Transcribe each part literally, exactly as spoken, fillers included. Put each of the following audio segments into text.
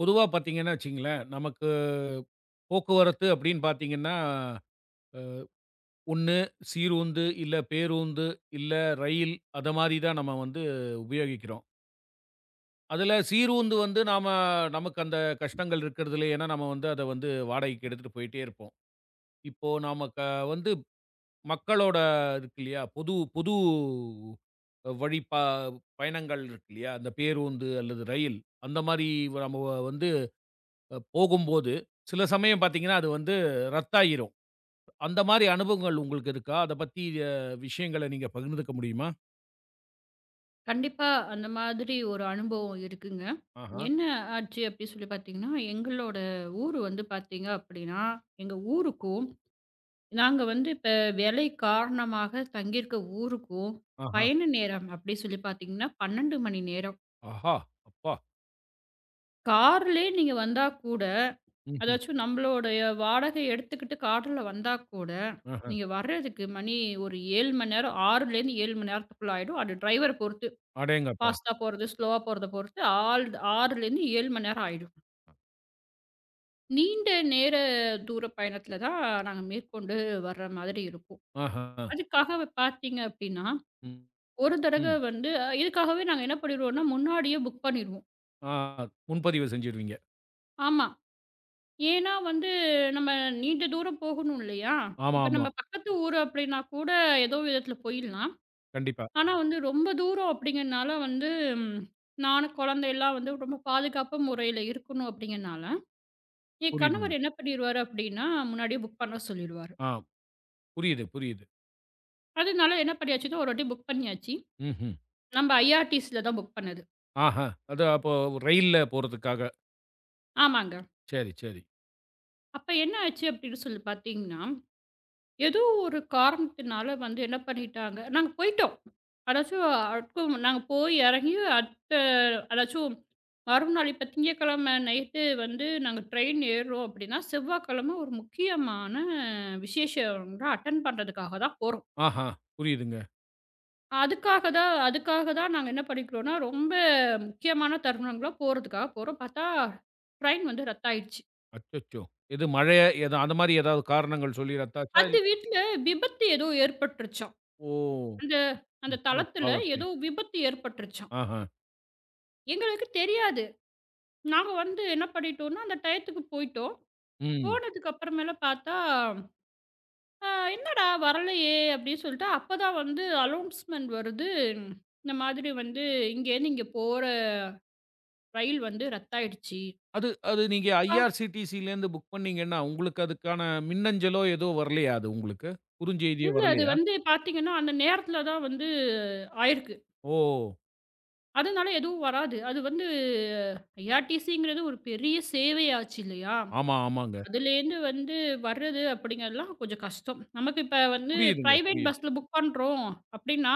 பொதுவா பார்த்தீங்கன்னா வச்சுக்கங்களேன், நமக்கு போக்குவரத்து அப்படின்னு பார்த்தீங்கன்னா, அ ஒண்ணு சீருந்து, இல்ல பேருந்து, இல்ல ரயில் அத மாரி தான் நம்ம வந்து உபயோகிக்கிறோம். அதுல சீருந்து வந்து நாம நமக்கு அந்த கஷ்டங்கள் இருக்கிறது இல்ல. ஏன்னா, நம்ம வந்து அத வந்து வாடகைக்கு எடுத்துட்டு போயிட்டே இருப்போம். இப்போ நாம க வந்து மக்களோட இருக்கு இல்லையா? பொது பொது வழி ப பயணங்கள் இருக்கு இல்லையா? அந்த பேருந்து அல்லது ரயில் அந்த மாரி நம்ம வந்து அ போகும்போது, சில சமயம் பார்த்தீங்கன்னா, அது வந்து ரத்தாயிரும். அந்த மாரி அனுபவங்கள் உங்களுக்கு இருக்கா? அத பத்தி அ விஷயங்கள நீங்க பகிர்ந்துக்க முடியுமா? கண்டிப்பா அந்த மாதிரி ஒரு அனுபவம் இருக்குங்க. ஆஹா, என்ன ஆச்சு அப்படி சொல்லி பார்த்தீங்கன்னா, எங்களோட ஊர் வந்து பார்த்தீங்க அப்படின்னா, எங்க ஊருக்கும், நாங்க வந்து இப்ப வேலை காரணமாக தங்கியிருக்க ஊருக்கும் ஆஹா, பயண நேரம் அப்படி சொல்லி பார்த்தீங்கன்னா, பன்னிரண்டு மணி நேரம். ஆஹா! அப்பா! கார்லயே நீங்க வந்தா கூட, ம்ஹ்ம். அதாச்சும் நம்மளுடைய வாடகை எடுத்துக்கிட்டு கார்ல வந்தா கூட, ஆஹ. நீங்க வர்றதுக்கு மணி ஒரு ஏழு மணி நேரம் 6லேருந்து ஏழு மணி நேரத்துக்குள்ள ஆயிடும். அது டிரைவர பொறுத்து. அடேங்கப்பா! ஃபாஸ்ட்டா போறது, ஸ்லோவா போறத பொறுத்து ஆள் 6லேருந்து ஏழு மணி நேரம் ஆயிடும். நீண்ட நேர தூர பயணத்தில தான் நாங்க மேற்கொண்டு வர்ற மாதிரி இருக்கும். ஆஹா. அதுக்காக பார்த்தீங்க அப்டின்னா, ம், ஒரு தடவ ம். வந்து அஹ், இதுக்காகவே நாங்க என்ன பண்ணிருவோம்னா, முன்னாடியே புக் பண்ணிருவோம். ஆ முன்பதிவு செஞ்சுருவீங்க. ஆமா. ஏன்னா வந்து நம்ம நீண்ட தூரம் போகணும் இல்லையா? ஆமா, இப்ப ஆமா. நம்ம பக்கத்து ஊர் அப்டின்னா கூட ஏதோ விதத்தில போயிடலாம். கண்டிப்பா. ஆனா வந்து ரொம்ப தூரம் அப்டிங்கிறனால வந்து ம், நானும் குழந்தையெல்லாம் வந்து ரொம்ப பாதுகாப்பு முறையில இருக்கணும் அப்டிங்கிறனால என் புரியுதுங்க. கணவர் என்ன பண்ணிருவாரு அப்டின்னா, முன்னாடியே புக் பண்ண சொல்லிருவாரு. ஆ புரியுது, புரியுது. அதனால என்ன பண்ணியாச்சுன்னா, ஒரு வாட்டி புக் பண்ணியாச்சு. ம்ஹ்ம். நம்ம ஐஆர்டிசில தான் புக் பண்ணது. ஆஹா. அது அப்போ ரயில்ல போறதுக்காக. ஆமாங்க. சரி, சரி. அப்ப என்ன ஆச்சு அப்டின்னு சொல்லி பார்த்தீங்கன்னா, ஏதோ ஒரு காரணத்தினால வந்து என்ன பண்ணிட்டாங்க நாங்க போயிட்டோம். அதாச்சும் அதுக்கும் நாங்க போய் எறங்கி அடுத்த அதாச்சும் மறுநாள் இப்ப திங்கட்கிழமை நைட்டு வந்து நாங்க ட்ரெயின் ஏறுறோம் அப்டின்னா, செவ்வாய்க்கிழமை ஒரு முக்கியமான விசேஷம் அட்டெண்ட் பண்றதுக்காக தான் போறோம். ஆஹா. புரியுதுங்க. அதுக்காக தான் அதுக்காக தான் நாங்க என்ன பண்ணிக்கிறோம்னா, ரொம்ப முக்கியமான தருணங்களா போறதுக்காக போறோம். பார்த்தா ட்ரெயின் வந்து ரத்தாயிடுச்சு. அச்சச்சோ! எது மழைய எதா அந்த மாரி ஏதாவது காரணங்கள் சொல்லி ரத்தாச்சா? அந்த இல் வீட்ல விபத்து ஏதோ ஏற்பட்டுருச்சாம். ஓ! அந்த அந்த ம். அட தளத்துல பாவத்தே! ஏதோ விபத்து ஏற்பட்டுருச்சாம். ஆஹா. எங்களுக்கு தெரியாது. நாங்க வந்து என்ன பண்ணிட்டோம்னா, அந்த டயத்துக்கு போயிட்டோம். ம். போனதுக்கு அப்புறமேல பார்த்தா, "அ என்னடா வரலையே!" அப்படின்னு சொல்லிட்டு அப்பதான் வந்து அலௌன்ஸ்மென்ட் வருது. இந்த மாதிரி வந்து இங்கேருந்து இங்க போற ரயில் வந்து ரத்தாயிடுச்சு. அது அது நீங்க ஐஆர்சிடிசிலேருந்து புக் பண்ணீங்கன்னா, உங்களுக்கு அதுக்கான மின்னஞ்சலோ ஏதோ வரலையா அது உங்களுக்கு? குறுஞ்செய்தியோ இல்ல. அது வரலையா? வந்து பார்த்தீங்கன்னா, அந்த நேரத்தில தான் வந்து ஆயிருக்கு. ஓ! அதனால எதுவும் வராது. அது வந்து ஐஆர்டிசிங்கிறது ஒரு பெரிய சேவையாச்சு இல்லையா? ஆமா, ஆமாங்க. அதுலேருந்து வந்து வர்றது அப்படிங்கிறதுலாம் கொஞ்சம் கஷ்டம். நமக்கு இப்ப வந்து புரியுதுங்க, பிரைவேட் புரியுது. பஸ்ல புக் பண்றோம் அப்படின்னா,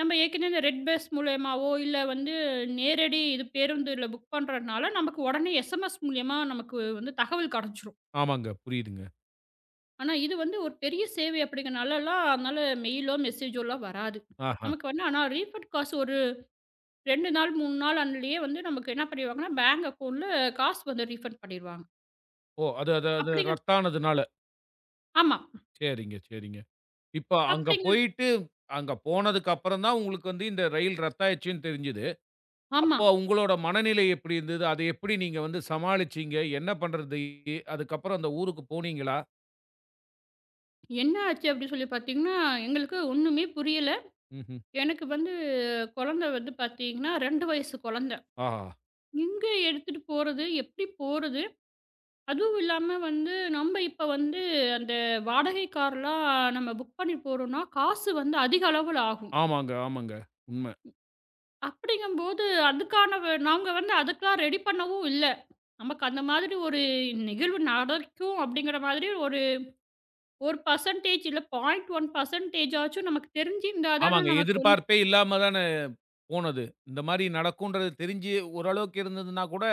நம்ம ஏற்கனவே இந்த ரெட் பஸ் மூலியமாவோ, இல்ல வந்து நேரடி இது பேருந்துல புக் பண்றதுனால, நமக்கு உடனே எஸ்எம்எஸ் மூலியமா நமக்கு வந்து தகவல் கிடைச்சுரும். ஆமாங்க, புரியுதுங்க. ஆனா, இது வந்து ஒரு பெரிய சேவை அப்படிங்கிறனாலலாம், அதனால மெயிலோ, மெசேஜோலாம் வராது. ஆஹா. நமக்கு வந்து ஆனா ரீஃபண்ட் காசு ஒரு ரெண்டு நாள், மூணு நாள் அதுலயே வந்து நமக்கு என்ன பண்ணிருவாங்கன்னா, பேங்க் அக்கவுண்ட்ல காசு வந்து ரீஃபண்ட் பண்ணிருவாங்க. ஓ! அது அது அது அப்படிங்க ரத்தானதுனால. ஆமா. சரிங்க, சரிங்க. இப்ப அங்க அப்படிங்க போயிட்டு அங்க போனதுக்கு அப்புறம் தான் உங்களுக்கு வந்து இந்த ரயில் ரத்தாயிருச்சுன்னு தெரிஞ்சது. ஆமா. அப்போ உங்களோட மனநிலை எப்படி இருந்தது? அத எப்படி நீங்க வந்து சமாளிச்சீங்க? என்ன பண்றது? அதுக்கப்புறம் அந்த ஊருக்கு போனீங்களா? என்ன ஆச்சு அப்படி சொல்லி பார்த்தீங்கன்னா, எங்களுக்கு ஒண்ணுமே புரியல. ம்ஹ்ம். எனக்கு வந்து குழந்தை வந்து பார்த்தீங்கன்னா, ரெண்டு வயசு குழந்தை. ஆஹா. எங்க எடுத்துட்டு போறது? எப்படி போறது? அதுவும் இல்லாம வந்து, நம்ப இப்ப வந்து அந்த வாடகை கார்லாம் நம்ம புக் பண்ணி போறோம்னா, காசு வந்து அதிக அளவுல ஆகும். ஆமாங்க, ஆமாங்க. உண்ம. அப்படிங்கும்போது அதுக்கான வ நாங்க வந்து அதுக்கெல்லாம் ரெடி பண்ணவும் இல்ல. நமக்கு அந்த மாதிரி ஒரு நிகழ்வு நடக்கும் அப்படிங்கிற மாதிரி ஒரு 1% இல்ல புள்ளி ஒன்று சதவீதம் ஆச்சும் நமக்கு தெரிஞ்சிருந்தா தானே ஆமாங்க. நமக்கு எதிர்பார்ப்பே இல்லாம தான போனது. இந்த மாரி நடக்கும்ன்றது தெரிஞ்சு ஓரளவுக்கு இருந்ததுன்னா கூட,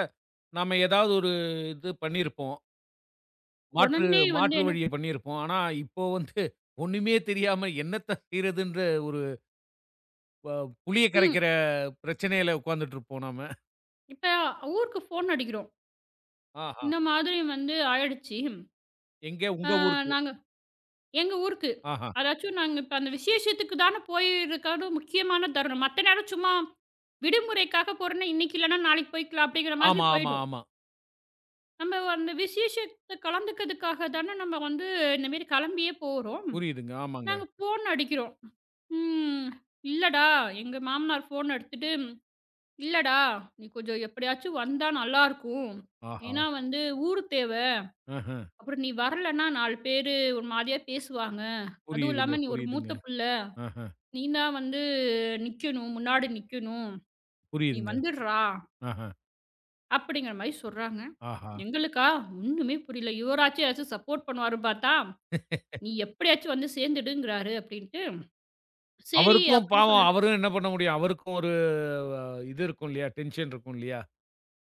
நாம ஏதாவது ஒரு இது பண்ணியிருப்போம். மாற்று உடனே வந்து மாற்று என்ன வழிய பண்ணியிருப்போம். ஆனா இப்போ வந்து ஒண்ணுமே தெரியாம என்னத்த செய்றதுன்ற ஒரு ப புளிய ம். கரைக்கிற பிரச்சனையில உட்கார்ந்துட்டுருப்போம் நாம. இப்ப ஊருக்கு ஃபோன் அடிக்கிறோம். ஆஹா! இந்த மாதிரி வந்து ஆயிடுச்சு. எங்க அ உங்க ஊருக்கு. நாங்க எங்க ஊருக்கு. ஆஹா! அதாச்சும் நாங்க இப்ப அந்த விசேஷத்துக்கு தான போயிருக்கறது முக்கியமான தருணம். மத்த நேரம் சும்மா விடுமுறைக்காக போறோம்னா, இன்னைக்கு இல்லன்னா நாளைக்கு போய்க்கலாம் அப்படிங்கிற மாதிரி ஆமா, ஆமா, போயிடும். ஆமா. நம்ம அந்த விசேஷத்த கலந்துக்கிறதுக்காக தான நம்ம வந்து இந்த மாரி கிளம்பியே போறோம். புரியுதுங்க. ஆமாங்க. நாங்க ஃபோன் அடிக்கிறோம். ம். இல்லடா, எங்க மாமனார் ஃபோன் எடுத்துட்டு, "இல்லடா, நீ கொஞ்சம் எப்படியாச்சும் வந்தா நல்லாருக்கும். ஆஹா! ஏன்னா வந்து ஊரு தேவ. ஆஹ! அப்புறம் நீ வரலன்னா நாலு பேரு ஒரு மாதிரியா பேசுவாங்க. அதுவும் புரியுதுங்க, இல்லாம நீ ஒரு புரியுதுங்க. மூத்த புள்ள." ஆஹ! நீ தான் வந்து நிக்கணும். முன்னாடி நிக்கணும். நீ புரியுதுங்க. வந்துடுறா! ஆஹ! அப்படிங்கிற மாரி சொல்றாங்க. ஆஹா! எங்களுக்கா ஒண்ணுமே புரியல. இவராச்சும் ஏதாச்சும் சப்போர்ட் பண்ணுவாரு பார்த்தா, "நீ எப்படியாச்சும் வந்து சேர்ந்துடுங்கிறாரு" அப்படின்ட்டு. சரி அவருக்கும் அப்படின்னு பாவம் சொல்லிட்டு அவரும் என்ன பண்ண முடியும்? அவருக்கும் ஒரு அ இது இருக்கும் இல்லையா? டென்ஷன் இருக்கும் இல்லையா?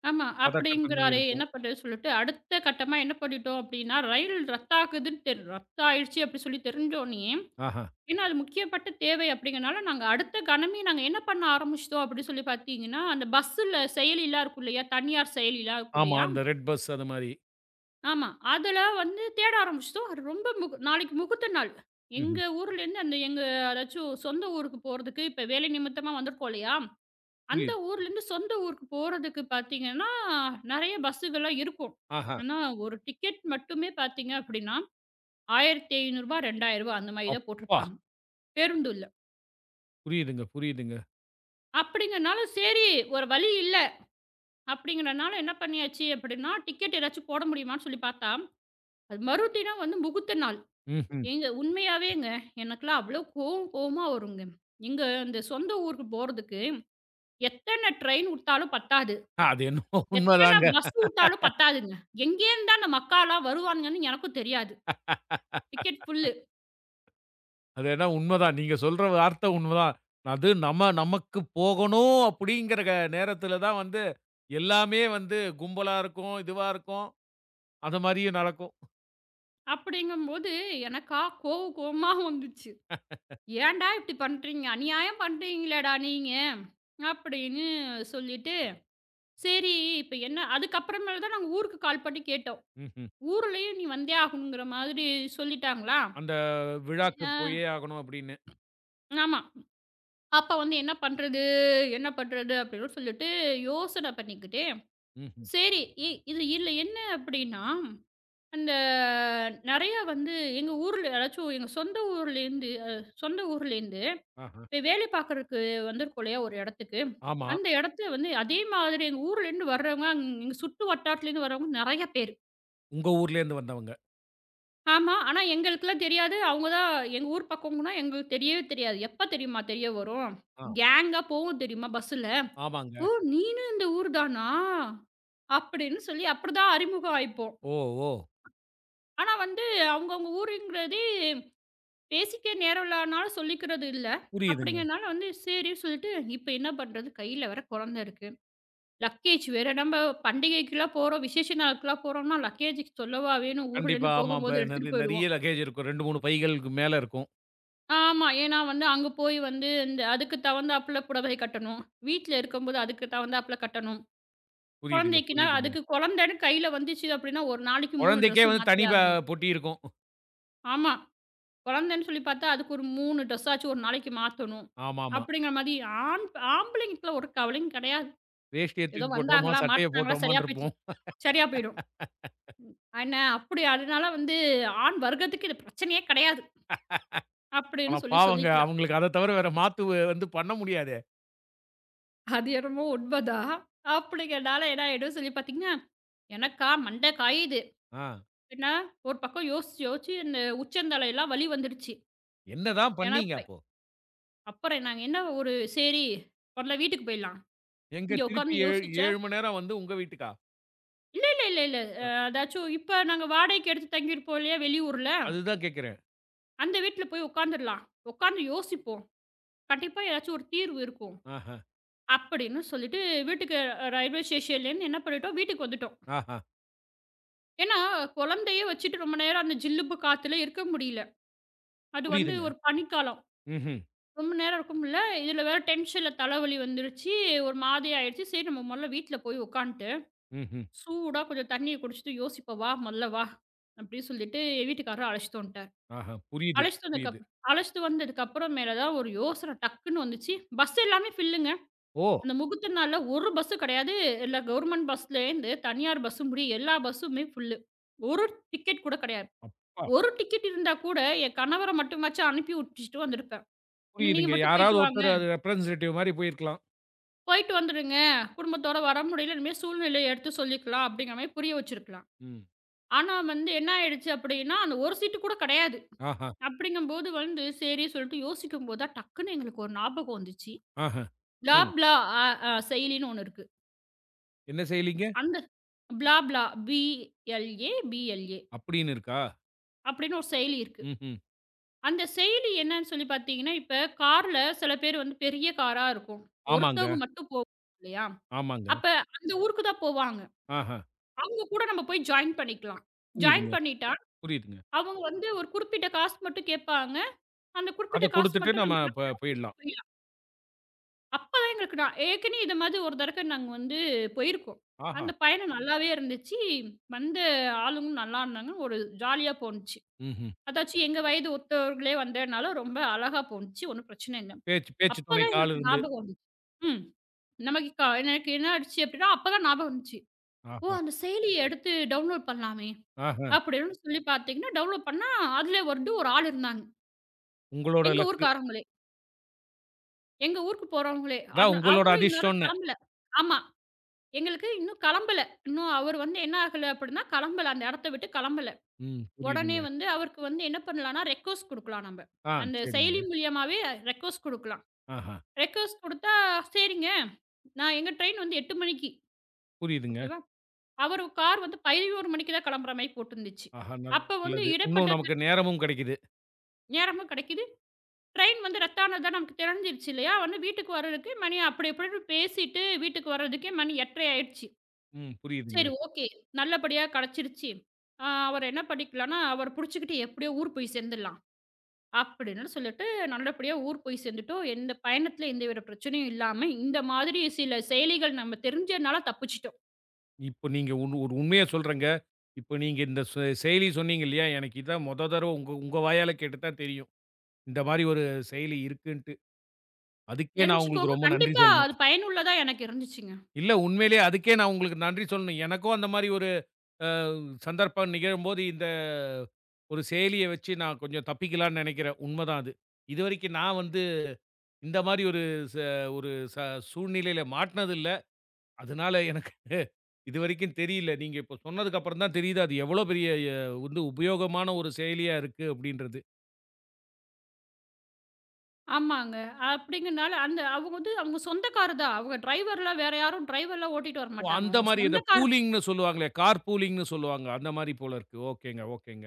ஆமா. பதட்டத்தன்மை அப்படிங்கிறாரே என்ன இருக்கும். பண்றது சொல்லிட்டு, அடுத்த கட்டமா என்ன பண்ணிட்டோம் அப்படின்னா, ரயில் ரத்தாகுதுன்னு தெரி ரத்தாயிடுச்சு அப்படி சொல்லி தெரிஞ்சோனயே, ஆஹா. ஏன்னா அது முக்கியப்பட்ட தேவை அப்படிங்கிறனால, நாங்க அடுத்த கணமே நாங்க என்ன பண்ண ஆரம்பிச்சுட்டோம் அப்படின்னு சொல்லி பார்த்தீங்கன்னா, அந்த பஸ்ஸுல செயலிலாம் இருக்கும் இல்லையா? தனியார் செயலிலாம் இருக்கும் ஆமா. இல்லையா? அந்த ரெட் பஸ் அது மாரி. ஆமா. அதுல வந்து தேட ஆரம்பிச்சுட்டோம். அது ரொம்ப முகு நாளைக்கு முகூர்த்த நாள். ம்ஹ்ம். எங்க ஊர்லேருந்து அந்த எங்க அதாச்சும் சொந்த ஊருக்கு போறதுக்கு இப்ப வேலை நிமித்தமா வந்திருக்கோம் இல்லையா? அந்த புரியுது. ஊர்லேருந்து சொந்த ஊருக்கு போறதுக்கு பார்த்தீங்கன்னா, நெறைய பஸ்ஸுகள்லாம் இருக்கும். ஆஹா. ஆனா, ஒரு டிக்கெட் மட்டுமே பார்த்தீங்க அப்படின்னா, ரூ. ஆயிரத்தி ஐநூறு ரூ. இரண்டாயிரம் அந்த மாரி தான் அப்பா! போட்டிருப்பாங்க. பேருந்து இல்ல. புரியுதுங்க, புரியுதுங்க. அப்படிங்கிறனால சரி ஒரு வழி இல்ல அப்படிங்கிறனால என்ன பண்ணியாச்சு அப்படின்னா, டிக்கெட் ஏதாச்சும் போட முடியுமான்னு சொல்லி பார்த்தா, அது மறுதினம் வந்து முகூர்த்த நாள். ம்ஹ்ம். ஏங்க உண்மையாவேங்க. எனக்கெல்லாம் அவ்ளோ கோவம் கோவமா வருங்க. எங்க இந்த சொந்த ஊருக்கு போறதுக்கு எத்தன ட்ரெயின் வுட்டாலும் பத்தாது. அது என்னமோ எத்தன உண்மதாங்க. பஸ் வுட்டாலும் பத்தாதுங்க. எங்கேருந்து தான் அந்த மக்காலாம் வருவானுங்கன்னு எனக்கும் தெரியாது. Ticket full. அது ஏன்னா உண்மதான். நீங்க சொல்ற வார்த்தை உண்மதான். அது நம்ம நமக்கு போகணும் அப்படிங்கிற க நேரத்தில தான் வந்து எல்லாமே வந்து கும்பலா இருக்கும், இதுவா இருக்கும். அது மாரியும் நடக்கும். அப்படிங்கும்போது எனக்கா கோவ கோவமா வந்துச்சு. "ஏன்டா இப்படி பண்றீங்க? அநியாயம் பண்றீங்களேடா நீங்க" அப்படின்னு சொல்லிட்டு, சரி இப்ப என்ன அதுக்கப்புறமேல தான் நாங்க ஊருக்கு கால் பண்ணி கேட்டோம். ம்ஹ்ம். ஊர்லயும் நீ வந்தே ஆகணுங்கிற மாதிரி சொல்லிட்டாங்களா. அந்த விழாக்கு போயே அ ஆகணும் அப்படின்னு. ஆமா. அப்ப வந்து என்ன பண்றது? என்ன பண்றது? அப்படின்னு சொல்லிட்டு யோசனை பண்ணிக்கிட்டே, ம்ஹ்ம். சரி இ இது இதுல என்ன அப்படின்னா, அந்த நெறையா வந்து எங்க ஊர்ல அதாச்சும் எங்க சொந்த ஊர்லேருந்து அ சொந்த ஊர்லேருந்து ஆஹா. வேலை பார்க்கறக்கு வந்திருக்கோம் இல்லையா ஒரு இடத்துக்கு, ஆமா. அந்த இடத்துல வந்து அதே மாதிரி எங்க ஊர்லேருந்து வர்றவங்க, அங்க- எங்க சுற்று வட்டாரத்துலேருந்து வர்றவங்க நெறைய பேரு. உங்க ஊர்லேருந்து வந்தவங்க. ஆமா. ஆனா எங்களுக்கெல்லாம் தெரியாது. அவங்க தான் எங்க ஊர் பக்கம்னா எங்களுக்கு தெரியவே தெரியாது. எப்ப தெரியுமா தெரிய வரும்? ஆ. கேங்கா போவும் தெரியுமா பஸ்ஸுல. ஓ! ஆமாங்க. நீனும் இந்த ஊர் தானா? அப்படின்னு சொல்லி அப்படிதான் அறிமுகம் ஆயிப்போம். ஓ! ஓ! ஆனா வந்து அவங்கவங்க ஊருங்கிறதே பேசிக்க நேரம் இல்லாதனால சொல்லிக்கிறது இல்ல. புரியுதுங்க. அப்படிங்கிறனால வந்து சரின்னு சொல்லிட்டு, இப்ப என்ன பண்றது? கையில வேற குழந்தை இருக்கு. லக்கேஜ் வேற நம்ம பண்டிகைக்குலாம் போறோம், விசேஷ நாளுக்குலாம் போறோம்னா, லக்கேஜுக்கு சொல்லவா வேணும்? கண்டிப்பா. ஊர்லேருந்து ஆமா. இப்ப போகும்போது எடுத்துட்டு நெற போயிடுவோம். நெறைய லக்கேஜ் இருக்கும். ரெண்டு, மூணு பைகளுக்கு மேல இருக்கும். ஆமா. ஏன்னா வந்து அங்க போய் வந்து இந்த அதுக்கு தகுந்தாப்புல புடவை கட்டணும். வீட்ல இருக்கும்போது அதுக்கு தகுந்தாப்புல கட்டணும். புரியுதுங்க, குழந்தைக்குன்னா, புரியுதுங்க. அதுக்கு குழந்தைன்னு கையில வந்துச்சு அப்படின்னா, ஒரு நாளைக்கு மூணு குழந்தைக்கே ட்ரெஸ் வந்து மாத்தி தனி பே ஆகணும். பொட்டி இருக்கும். ஆமா. குழந்தைன்னு சொல்லி பார்த்தா, அதுக்கு ஒரு மூணு ட்ரெஸ்ஸாச்சும் ஒரு நாளைக்கு மாத்தணும். ஆமாமா. அப்படிங்கிற மாரி ஆண் ஆம்பளைங்களுக்குலாம் ஒரு கவலையும் கிடையாது. வேஷ்டிய ஏதோ தூக்கி போட்டோமா, வந்தாங்களா, சட்டைய மாட்டுனாங்களா சரியா போட்டோமான்னு போயிடுச்சு. இருப்போம். சரியா போயிடும். என்ன அப்படி அதனால வந்து ஆண் வர்க்கத்துக்கு இது பிரச்சனையே கிடையாது. அப்படின்னு ஆனா சொல்லி பாவங்க சொல்லிக்கலாம். அவங்களுக்கு அத தவிர வேற மாத்து வ வந்து பண்ண முடியாதே! அது என்னமோ உண்மதான். அப்படிங்கிறனால என்ன ஆயிடும் சொல்லி பார்த்தீங்கன்னா, எனக்கா மண்டை காயுது. ஆ. ஏன்னா, ஒரு பக்கம் யோசிச்சு யோசிச்சு இந்த உச்சந்தலையெல்லாம் வலி வந்துடுச்சு. என்னதான் ஏன்னா பண்ணீங்க அப்போ? அப்புறம் நாங்க என்ன ஒரு சரி முதல்ல வீட்டுக்கு போயிடலாம். எங்க இங்க உட்கார்ந்து திருப்பி ஏ யோசிச்சேன். ஏழு மணி நேரம் வந்து உங்க வீட்டுக்கா? இல்ல, இல்ல, இல்ல, இல்ல. அ அ அதாச்சும் இப்ப நாங்க வாடகைக்கு எடுத்து தங்கியிருப்போம் இல்லையா வெளியூர்ல. அதுதான் கேட்கிறேன். அந்த வீட்ல போய் உட்காந்துரலாம். உட்காந்து யோசிப்போம். கண்டிப்பா ஏதாச்சும் ஒரு தீர்வு இருக்கும். ஆஹா, அப்படின்னு சொல்லிட்டு வீட்டுக்கு அ ரயில்வே ஸ்டேஷன்லேருந்து என்ன பண்ணிட்டோம், வீட்டுக்கு வந்துட்டோம். ஆஹா. ஏன்னா குழந்தைய வச்சுட்டு ரொம்ப நேரம் அந்த ஜில்லுப்பு காத்துல இருக்க முடியல. அது வந்து புரியுதுங்க. ஒரு பனிக்காலம். ம்ஹ்ம், ரொம்ப நேரம் இருக்கும்ல. இதுல வேற டென்ஷன்ல தலைவலி வந்துருச்சு. ஒரு மாதிரி ஆயிடுச்சு. சரி நம்ம முதல்ல வீட்ல போய் உட்காந்துட்டு ம்ஹ்ம். சூடா கொஞ்சம் தண்ணிய குடிச்சுட்டு யோசிப்போம். "வா மொதல்ல வா" அப்படின்னு சொல்லிட்டு என் வீட்டுக்காரரு அழைச்சுட்டு வந்துட்டாரு. ஆஹா. புரியுது, அழைச்சுட்டு புரியுது. வந்ததுக்கப் அழைச்சுட்டு வந்ததுக்கப்புறம் மேல தான் ஒரு யோசனை டக்குன்னு வந்துச்சு. பஸ் எல்லாமே ஃபில்லுங்க. ஓ! அந்த முகூர்த்த நாள்ல ஒரு பஸ்ஸு கிடையாது. எல்லா கவர்மெண்ட் பஸ்லேருந்து தனியார் பஸ்ஸு முடிய எல்லா பஸ்ஸுமே ஃபுல்லு. ஒரு டிக்கெட் கூட கிடையாது. அப்பா! ஒரு டிக்கெட் இருந்தா கூட என் கணவர மட்டுமாச்சும் அனுப்பி விட்டுட்டு வந்திருப்பேன். "என்ன நீங்க புரியுதுங்க. மட்டும் போயிட்டு யாராவது வாங்க. ஒருத்தர் அது ரெப்ரசன்டேட்டிவ் மாரி போயிருக்கலாம். போயிட்டு வந்துடுங்க. குடும்பத்தோட வர முடியல. இனிமே சூழ்நிலைய எடுத்து சொல்லிக்கலாம்" அப்படிங்கிற மாரி புரிய வச்சிருக்கலாம். ம். ஆனா வந்து என்ன ஆயிடுச்சு அப்படின்னா, அந்த ஒரு சீட்டு கூட கிடையாது. ஆஹா, அப்படிங்கும்போது வந்து சரி சொல்லிட்டு யோசிக்கும்போது தான் டக்குன்னு எங்களுக்கு ஒரு ஞாபகம் வந்துச்சு. ஆஹா. சொல்லுங்க. பிளாப்லா அ அ செயலின்னு ஒண்ணு இருக்கு. "என்ன செய்யலீங்க?" அந்த பிளாப்லா பிஎல்ஏ, பிஎல்ஏ அப்படின்னு இருக்கா? அப்படின்னு ஒரு செயலி இருக்கு. ம்ஹ்ம். அந்த செயலி என்னன்னு சொல்லி பார்த்தீங்கன்னா, இப்ப கார்ல சில பேர் வந்து பெரிய காரா இருக்கும். ஆமாங்க, ஒருத்தவங்க மட்டும் போவாங்க இல்லையா? ஆமாங்க. அப்ப அந்த ஊருக்கு தான் போவாங்க. ஆஹா. அவங்க கூட நம்ம போய் ஜாயின் பண்ணிக்கலாம். ஜாயின் புரியுதுங்க, பண்ணிட்டா புரியுதுங்க. அவங்க வந்து ஒரு குறிப்பிட்ட காசு மட்டும் கேட்பாங்க. அந்த அத குறிப்பிட்ட காசு குடுத்துட்டு மட்டும் நம்ம நம்ம என்ன ப பண்ணலாம் குடுத்துட்டு போயிடலாம். போயிடலாம். அப்பதான் எங்களுக்கு நான் ஏற்கனவே இது மாதிரி ஒரு தடக்க நாங்க வந்து போயிருக்கோம். ஆஹா. அந்த பயணம் நல்லாவே இருந்துச்சு. வந்த ஆளுங்களும் நல்லா இருந்தாங்க. ஒரு ஜாலியா போணுச்சு. ம்ஹ்ம். அதாச்சும் எங்க வயது ஒத்தவர்களே வந்ததுனால ரொம்ப அழகா போணுச்சு. ஒண்ணும் பிரச்சனை இல்ல. பேச்சு பேச்சு அப்பதான் துணைக்கு ஆள் எங்களுக்கு இருந்து. ஞாபகம் வந்து ம். நமக்கு க எனக்கு என்ன ஆயிடுச்சு அப்டின்னா, அப்பதான் ஞாபகம் வந்துச்சு. ஓ! ஆஹா, அந்த செயலிய எடுத்து டவுன்லோட் பண்ணலாமே! ஆஹா. அப்படின்னு சொல்லி பார்த்தீங்கன்னா, டவுன்லோட் பண்ணா, அதில வந்து ஒரு ஆள் இருந்தாங்க. உங்களோட எங்க லக்கு. ஊர்க்காரங்களே. எங்க ஊருக்கு போறவங்களே. அதான் அட்ன உங்களோட அவங்களும் இன்னவரையும் அதிர்ஷ்டம்ன்னேன். கிளம்பல. ஆமா. எங்களுக்கு இன்னும் கிளம்பல. இன்னும் அவர் வந்து என்ன ஆகல அப்படின்னா, கிளம்பல. அந்த இடத்த விட்டு கிளம்பல. ம். உடனே புரியுதுங்க. வந்து அவருக்கு வந்து என்ன பண்ணலாம்னா, ரெக்வெஸ்ட் குடுக்கலாம் நம்ப. ஆ, அந்த சரிங்க. செயலி மூலியமாவே ரெக்வெஸ்ட் குடுக்கலாம். ஆஹா. ரெக்வெஸ்ட் குடுத்தா, "சரிங்க, நான் எங்க ட்ரெயின் வந்து எட்டு மணிக்கு. புரியுதுங்க. ஓகேவா?" அவரு கார் வந்து பதினொன்று மணிக்கு தான் கிளம்புற மாரி போட்டுருந்துச்சு. ஆஹா, அப்ப வந்து நல்லது. இடைப்பட்ட இன்னும் நமக்கு நேரமும் கெடைக்குது. நேரமும் கிடைக்குது. ட்ரெயின் வந்து ரத்தானது தான் நமக்கு தெரிஞ்சிருச்சு இல்லையா? வந்து வீட்டுக்கு வர்றதுக்கு மணி அப்படி இப்படின்னு பேசிட்டு வீட்டுக்கு வர்றதுக்கே மணி எட்டு முப்பது ஆயிடுச்சு. ம். புரியுதுங்க. சரி ஓகே. நல்லபடியா கிடைச்சிருச்சு. ஆ அவர என்ன பண்ணிக்கலான்னா, அவர புடிச்சுக்கிட்டு எப்படியோ ஊர் போய் சேர்ந்துடலாம். அப்படின்னு சொல்லிட்டு நல்லபடியா ஊர் போய் சேர்ந்துட்டோம். எந்த பயணத்தில எந்தவித பிரச்சனையும் இல்லாம, இந்த மாதிரி சில செயலிகள் நம்ம தெரிஞ்சனால தப்பிச்சுட்டோம். இப்போ நீங்க ஒண்ணு ஒரு உண்மைய சொல்றேங்க. இப்போ நீங்க இந்த செ செயலி சொன்னீங்க இல்லையா? எனக்கு இதான் மொத தடவ உங்க உங்க வாயால கேட்டு தான் தெரியும். இந்த மாரி ஒரு செயலி இருக்குன்ட்டு. அதுக்கே நான் உங்களுக்கு தெரிஞ்சுக்கோங்க. ரொம்ப நன்றி கண்டிப்பா சொல்லணும். அது பயனுள்ளதா எனக்கு இருந்துச்சுங்க. இல்ல உண்மையிலேயே அதுக்கே நான் உங்களுக்கு நன்றி சொல்லணும். எனக்கும் அந்த மாரி ஒரு அ சந்தர்ப்பம் நிகழும்போது, இந்த ஒரு செயலிய வச்சு நான் கொஞ்சம் தப்பிக்கலான்னு நெனைக்கிறேன். உண்மதான் அது. இதுவரைக்கும் நான் வந்து இந்த மாரி ஒரு ச ஒரு ச சூழ்நிலையில மாட்னது இல்ல. அதனால எனக்கு இதுவரைக்கும் தெரியல. நீங்க இப்போ சொன்னதுக்கு அப்புறம் தான் தெரியுது, அது எவ்வளோ பெரிய எ வந்து உபயோகமான ஒரு செயலியா இருக்கு அப்படின்றது. ஆமாங்க. அப்படிங்கனால அந்த அவங்க வந்து அவங்க சொந்தக்காரு தான். அவங்க டிரைவர்லாம் வேற யாரும் டிரைவர்லாம் ஓட்டிட்டு ஓ! வரமாட்டாங்க. அந்த அவங்க மாரி இந்த சொந்தக்கார் பூலிங்ன்னு சொல்லுவாங்களே, கார் பூலிங்ன்னு சொல்லுவாங்க. அந்த மாரி போல இருக்கு. ஓகேங்க, ஓகேங்க.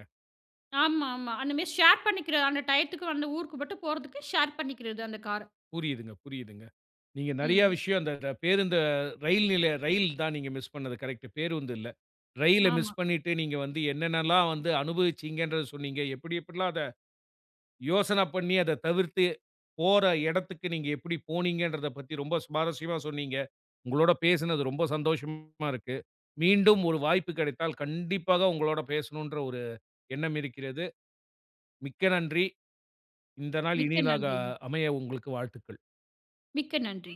ஆமா, ஆமா. அந்த மாரி ஷேர் பண்ணிக்கிற அந்த டயத்துக்கு அந்த ஊருக்கு மட்டும் போறதுக்கு ஷேர் பண்ணிக்கிறது அந்த கார. புரியுதுங்க, புரியுதுங்க. நீங்க நெறையா ம். விஷயம் அந்த ர பேருந்து ரயில் நிலைய ரயில் தான் நீங்க மிஸ் பண்ணது கரெக்ட்டு. பேருந்து இல்ல. ரயில ஆமா. மிஸ் பண்ணிட்டு, நீங்க வந்து என்னென்னலாம் வந்து அனுபவிச்சீங்கன்றத சொன்னீங்க. எப்படி எப்படிலாம் அத யோசனை பண்ணி அத தவிர்த்து, போற இடத்துக்கு நீங்க எப்படி போனீங்கன்றத பத்தி ரொம்ப சுவாரஸ்யமா சொன்னீங்க. உங்களோட பேசினது ரொம்ப சந்தோஷமா இருக்கு. மீண்டும் ஒரு வாய்ப்பு கிடைத்தால் கண்டிப்பாக உங்களோட பேசணுன்ற ஒரு எண்ணம் இருக்கிறது. மிக்க நன்றி. இந்த நாள் மிக்க இனியதாக நன்றிங்க. அமைய உங்களுக்கு வாழ்த்துக்கள். மிக்க நன்றி.